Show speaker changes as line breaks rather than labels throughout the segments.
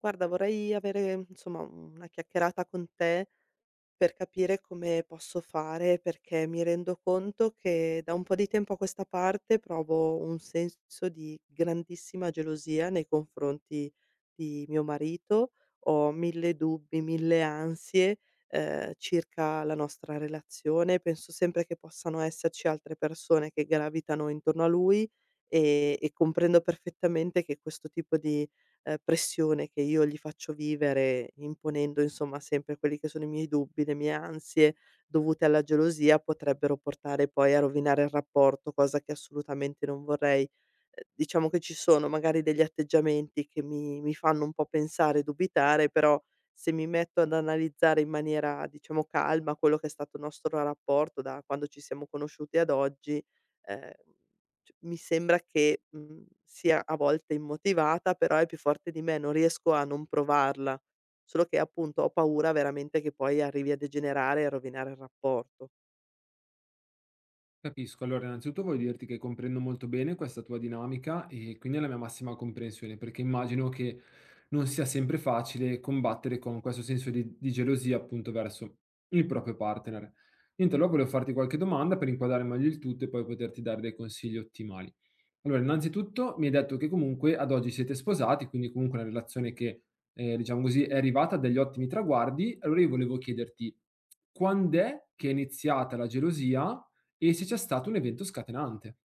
Guarda, vorrei avere, insomma, una chiacchierata con te per capire come posso fare, perché mi rendo conto che da un po' di tempo a questa parte provo un senso di grandissima gelosia nei confronti di mio marito. Ho mille dubbi, mille ansie, circa la nostra relazione. Penso sempre che possano esserci altre persone che gravitano intorno a lui e comprendo perfettamente che questo tipo di pressione che io gli faccio vivere imponendo, insomma, sempre quelli che sono i miei dubbi, le mie ansie dovute alla gelosia, potrebbero portare poi a rovinare il rapporto, cosa che assolutamente non vorrei. Diciamo che ci sono magari degli atteggiamenti che mi fanno un po' pensare e dubitare, però se mi metto ad analizzare in maniera, diciamo, calma quello che è stato il nostro rapporto da quando ci siamo conosciuti ad oggi, ehm c mi sembra che sia a volte immotivata, però è più forte di me, non riesco a non provarla. Solo che appunto ho paura veramente che poi arrivi a degenerare e a rovinare il rapporto.
Capisco. Allora, innanzitutto voglio dirti che comprendo molto bene questa tua dinamica e quindi è la mia massima comprensione, perché immagino che non sia sempre facile combattere con questo senso di gelosia appunto verso il proprio partner. Niente, allora volevo farti qualche domanda per inquadrare meglio il tutto e poi poterti dare dei consigli ottimali. Allora, innanzitutto mi hai detto che comunque ad oggi siete sposati, quindi comunque una relazione che, diciamo così, è arrivata a degli ottimi traguardi. Allora io volevo chiederti: quand'è che è iniziata la gelosia e se c'è stato un evento scatenante?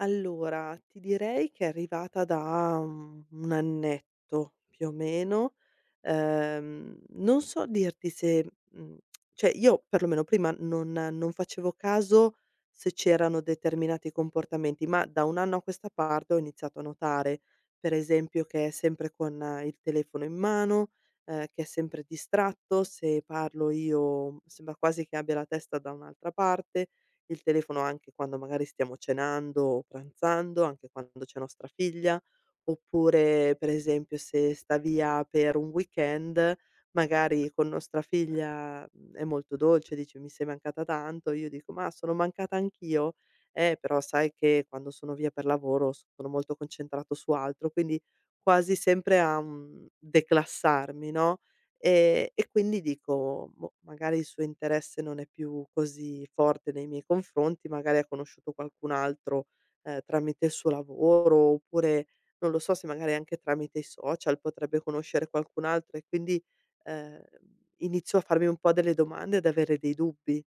Allora, ti direi che è arrivata da 1 annetto più o meno. Non so dirti se cioè io perlomeno prima non facevo caso se c'erano determinati comportamenti, ma da 1 anno a questa parte ho iniziato a notare, per esempio, che è sempre con il telefono in mano, che è sempre distratto, se parlo io sembra quasi che abbia la testa da un'altra parte, il telefono anche quando magari stiamo cenando o pranzando, anche quando c'è nostra figlia, oppure per esempio se sta via per un weekend, magari con nostra figlia è molto dolce, dice: "Mi sei mancata tanto", io dico: "Ma sono mancata anch'io". Però sai che quando sono via per lavoro sono molto concentrato su altro, quindi quasi sempre a declassarmi, no. E quindi dico: "Boh, magari il suo interesse non è più così forte nei miei confronti, magari ha conosciuto qualcun altro, tramite il suo lavoro, oppure non lo so se magari anche tramite i social potrebbe conoscere qualcun altro". E quindi, ehm, inizio a farmi un po' delle domande, ad avere dei dubbi.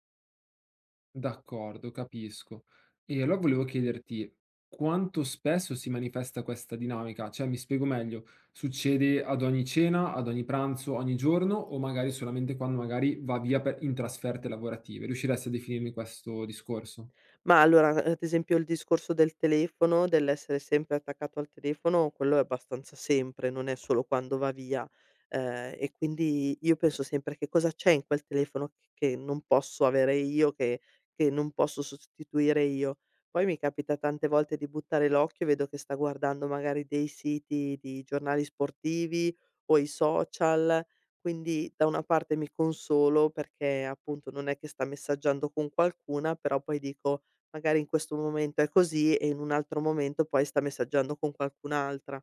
D'accordo, capisco. E allora volevo chiederti: quanto spesso si manifesta questa dinamica? Cioè, mi spiego meglio: succede ad ogni cena, ad ogni pranzo, ogni giorno o magari solamente quando magari va via per in trasferte lavorative? Riusciresti a definirmi questo discorso?
Ma allora, ad esempio il discorso del telefono, dell'essere sempre attaccato al telefono, quello è abbastanza sempre, non è solo quando va via. E quindi io penso sempre: "Che cosa c'è in quel telefono che non posso avere io, che non posso sostituire io?". Poi mi capita tante volte di buttare l'occhio e vedo che sta guardando magari dei siti di giornali sportivi o i social, quindi da una parte mi consolo perché appunto non è che sta messaggiando con qualcuna, però poi dico: magari in questo momento è così e in un altro momento poi sta messaggiando con qualcun'altra.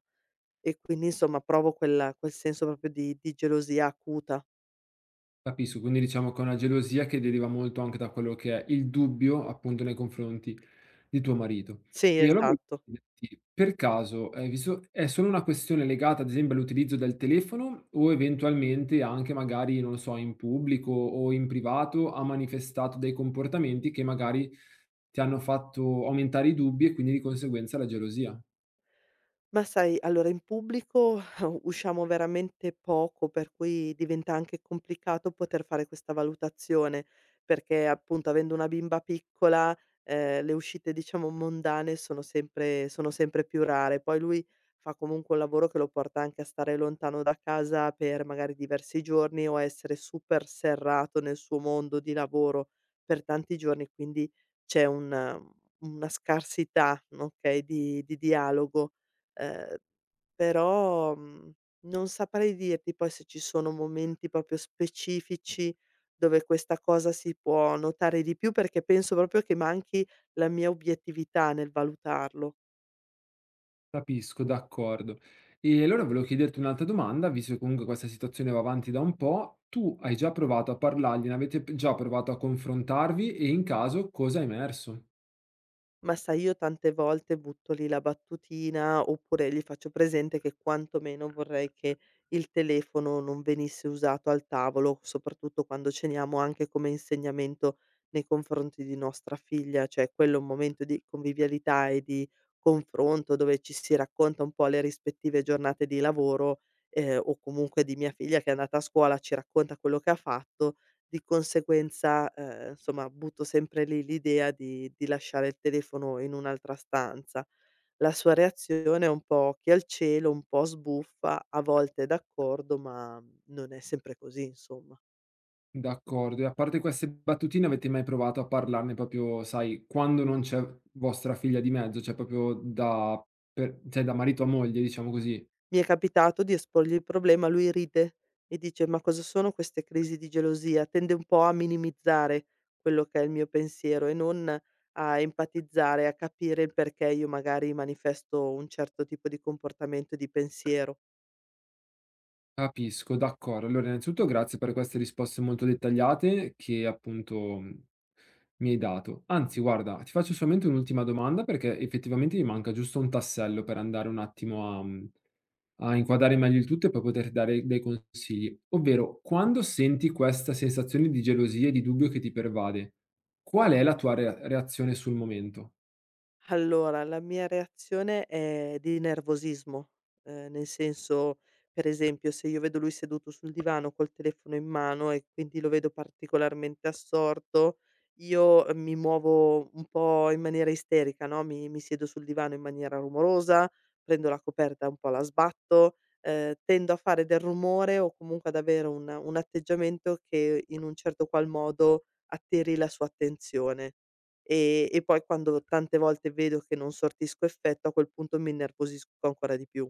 E quindi insomma provo quel senso proprio di gelosia acuta.
Capisco, quindi diciamo che è una gelosia che deriva molto anche da quello che è il dubbio, appunto, nei confronti di tuo marito.
Sì,
E allora volevo
esatto.
chiederti, per caso, hai visto è solo una questione legata, ad esempio, all'utilizzo del telefono o eventualmente anche magari, non lo so, in pubblico o in privato ha manifestato dei comportamenti che magari ti hanno fatto aumentare i dubbi e quindi di conseguenza la gelosia?
Ma sai, allora in pubblico usciamo veramente poco, per cui diventa anche complicato poter fare questa valutazione, perché appunto avendo una bimba piccola, le uscite diciamo mondane sono sempre più rare. Poi lui fa comunque un lavoro che lo porta anche a stare lontano da casa per magari diversi giorni o a essere super serrato nel suo mondo di lavoro per tanti giorni, quindi c'è un una scarsità, okay, di dialogo. Ehm, però, non saprei dirti poi se ci sono momenti proprio specifici dove questa cosa si può notare di più, perché penso proprio che manchi la mia obiettività nel valutarlo.
Capisco, d'accordo. E allora volevo chiederti un'altra domanda, visto che comunque questa situazione va avanti da un po', tu hai già provato a parlargliene, avete già provato a confrontarvi e in caso cosa è emerso?
Ma sai, io tante volte butto lì la battutina, oppure gli faccio presente che quantomeno vorrei che il telefono non venisse usato al tavolo, soprattutto quando ceniamo, anche come insegnamento nei confronti di nostra figlia, cioè quello è un momento di convivialità e di confronto dove ci si racconta un po' le rispettive giornate di lavoro, o comunque di mia figlia che è andata a scuola, ci racconta quello che ha fatto di conseguenza. Insomma butto sempre lì l'idea di lasciare il telefono in un'altra stanza. La sua reazione è un po' occhi al cielo, un po' sbuffa, a volte è d'accordo, ma non è sempre così, insomma.
D'accordo. E a parte queste battutine, avete mai provato a parlarne proprio, sai, quando non c'è vostra figlia di mezzo, cioè proprio da, cioè da marito a moglie, diciamo così?
Mi è capitato di esporgli il problema, lui ride e dice: "Ma cosa sono queste crisi di gelosia?". Tende un po' a minimizzare quello che è il mio pensiero e non a empatizzare, a capire il perché io magari manifesto un certo tipo di comportamento e di pensiero.
Capisco, d'accordo. Allora, innanzitutto grazie per queste risposte molto dettagliate che appunto mi hai dato. Anzi, guarda, ti faccio solamente un'ultima domanda perché effettivamente mi manca giusto un tassello per andare un attimo a, a inquadrare meglio il tutto e poi poter dare dei consigli. Ovvero, quando senti questa sensazione di gelosia e di dubbio che ti pervade, qual è la tua reazione sul momento?
Allora, la mia reazione è di nervosismo, nel senso, per esempio, se io vedo lui seduto sul divano col telefono in mano e quindi lo vedo particolarmente assorto, io mi muovo un po' in maniera isterica, no, mi siedo sul divano in maniera rumorosa, prendo la coperta, un po' la sbatto, tendo a fare del rumore o comunque ad avere un atteggiamento che in un certo qual modo attiri la sua attenzione. E poi quando tante volte vedo che non sortisco effetto, a quel punto mi innervosisco ancora di più.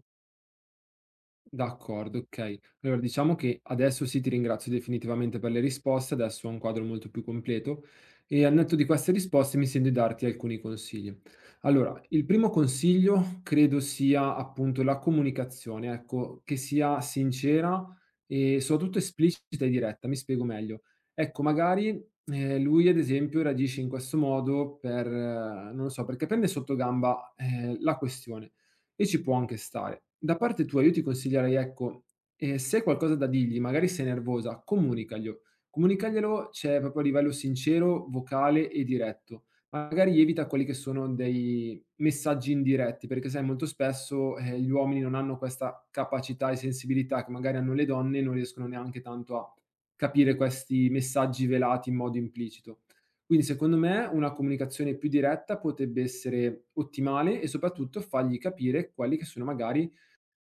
D'accordo, okay. Allora diciamo che adesso sì, ti ringrazio definitivamente per le risposte, adesso ho un quadro molto più completo e al netto di queste risposte mi sento di darti alcuni consigli. Allora, il primo consiglio credo sia appunto la comunicazione, ecco, che sia sincera e soprattutto esplicita e diretta, mi spiego meglio. Ecco, magari, lui ad esempio reagisce in questo modo per non lo so, perché prende sotto gamba, la questione. E ci può anche stare. Da parte tua io ti consiglierei, ecco, se hai qualcosa da dirgli, magari sei nervosa, comunicaglielo. Comunicaglielo, cioè proprio a livello sincero, vocale e diretto. Magari evita quelli che sono dei messaggi indiretti, perché sai molto spesso, gli uomini non hanno questa capacità e sensibilità che magari hanno le donne e non riescono neanche tanto a capire questi messaggi velati in modo implicito. Quindi secondo me una comunicazione più diretta potrebbe essere ottimale e soprattutto fargli capire quelli che sono magari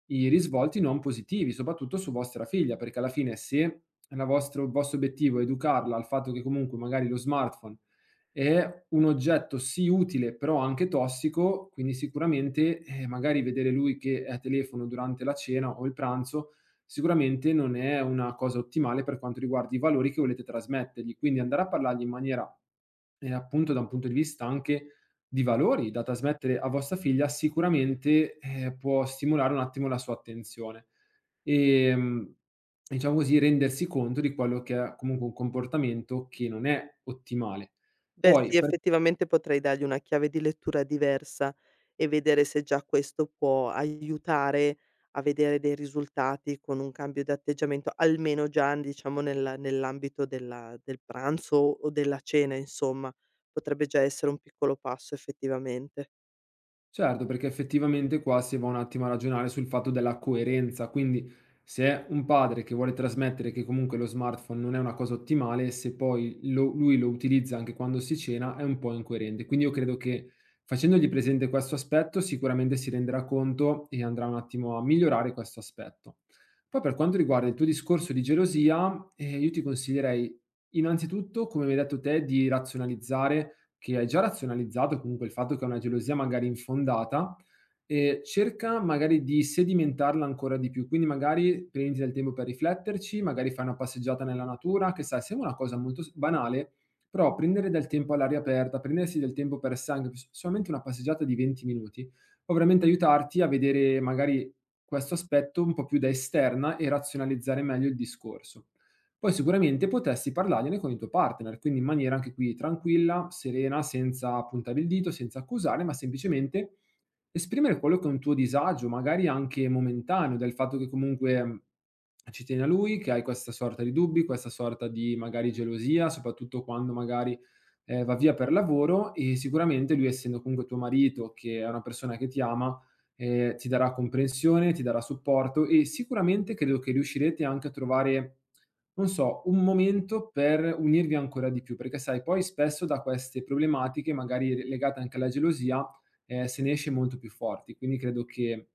i risvolti non positivi, soprattutto su vostra figlia, perché alla fine se la vostro il vostro obiettivo è educarla al fatto che comunque magari lo smartphone è un oggetto sì utile, però anche tossico, quindi sicuramente, magari vedere lui che è a telefono durante la cena o il pranzo, sicuramente non è una cosa ottimale per quanto riguarda i valori che volete trasmettergli. Quindi andare a parlargli in maniera, appunto da un punto di vista anche di valori da trasmettere a vostra figlia sicuramente, può stimolare un attimo la sua attenzione. Ehm, diciamo così, rendersi conto di quello che è comunque un comportamento che non è ottimale.
Cioè sì,
Poi per
effettivamente potrei dargli una chiave di lettura diversa e vedere se già questo può aiutare a vedere dei risultati con un cambio di atteggiamento, almeno già diciamo nella nell'ambito del pranzo o della cena, insomma. Potrebbe già essere un piccolo passo effettivamente.
Certo, perché effettivamente qua si va un attimo a ragionare sul fatto della coerenza, quindi se è un padre che vuole trasmettere che comunque lo smartphone non è una cosa ottimale, se poi lui lo utilizza anche quando si cena, è un po' incoerente. Quindi io credo che facendogli presente questo aspetto sicuramente si renderà conto e andrà un attimo a migliorare questo aspetto. Poi per quanto riguarda il tuo discorso di gelosia, io ti consiglierei innanzitutto, come mi hai detto te, di razionalizzare che hai già razionalizzato comunque il fatto che è una gelosia magari infondata, cerca magari di sedimentarla ancora di più. Quindi magari prenditi del tempo per rifletterci, magari fai una passeggiata nella natura, che sai, sembra una cosa molto s banale, però prendere del tempo all'aria aperta, prendersi del tempo per sé, anche s solamente una passeggiata di 20 minuti, può veramente aiutarti a vedere magari questo aspetto un po' più da esterna e razionalizzare meglio il discorso. Poi sicuramente potresti parlargliene con il tuo partner, quindi in maniera anche qui tranquilla, serena, senza puntare il dito, senza accusare, ma semplicemente esprimere quello che è un tuo disagio, magari anche momentaneo, del fatto che comunque ci tieni a lui, che hai questa sorta di dubbi, questa sorta di magari gelosia, soprattutto quando magari va via per lavoro e sicuramente lui, essendo comunque tuo marito, che è una persona che ti ama, ti darà comprensione, ti darà supporto e sicuramente credo che riuscirete anche a trovare non so, un momento per unirvi ancora di più, perché sai poi spesso da queste problematiche, magari re legate anche alla gelosia, se ne esce molto più forti. Quindi credo che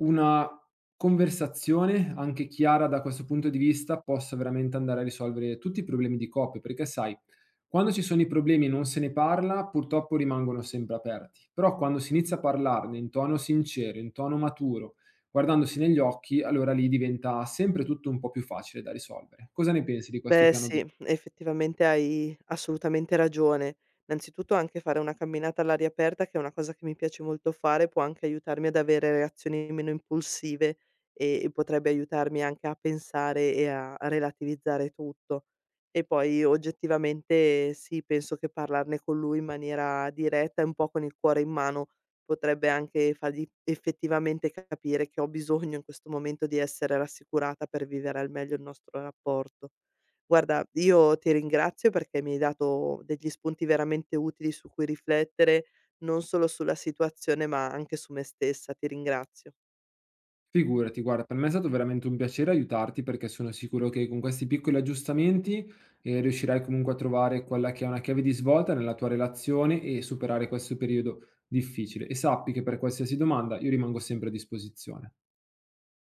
una conversazione, anche chiara da questo punto di vista, possa veramente andare a risolvere tutti i problemi di coppia, perché sai, quando ci sono i problemi e non se ne parla, purtroppo rimangono sempre aperti. Però quando si inizia a parlarne in tono sincero, in tono maturo, guardandosi negli occhi, allora lì diventa sempre tutto un po' più facile da risolvere. Cosa ne pensi di questo
Beh
piano d
sì, effettivamente hai assolutamente ragione. Innanzitutto anche fare una camminata all'aria aperta, che è una cosa che mi piace molto fare, può anche aiutarmi ad avere reazioni meno impulsive e potrebbe aiutarmi anche a pensare e a relativizzare tutto. E poi oggettivamente sì, penso che parlarne con lui in maniera diretta e un po' con il cuore in mano potrebbe anche fargli effettivamente capire che ho bisogno in questo momento di essere rassicurata per vivere al meglio il nostro rapporto. Guarda, io ti ringrazio perché mi hai dato degli spunti veramente utili su cui riflettere, non solo sulla situazione, ma anche su me stessa. Ti ringrazio.
Figurati, guarda, per me è stato veramente un piacere aiutarti perché sono sicuro che con questi piccoli aggiustamenti, riuscirai comunque a trovare quella che è una chiave di svolta nella tua relazione e superare questo periodo difficile. E sappi che per qualsiasi domanda io rimango sempre a disposizione.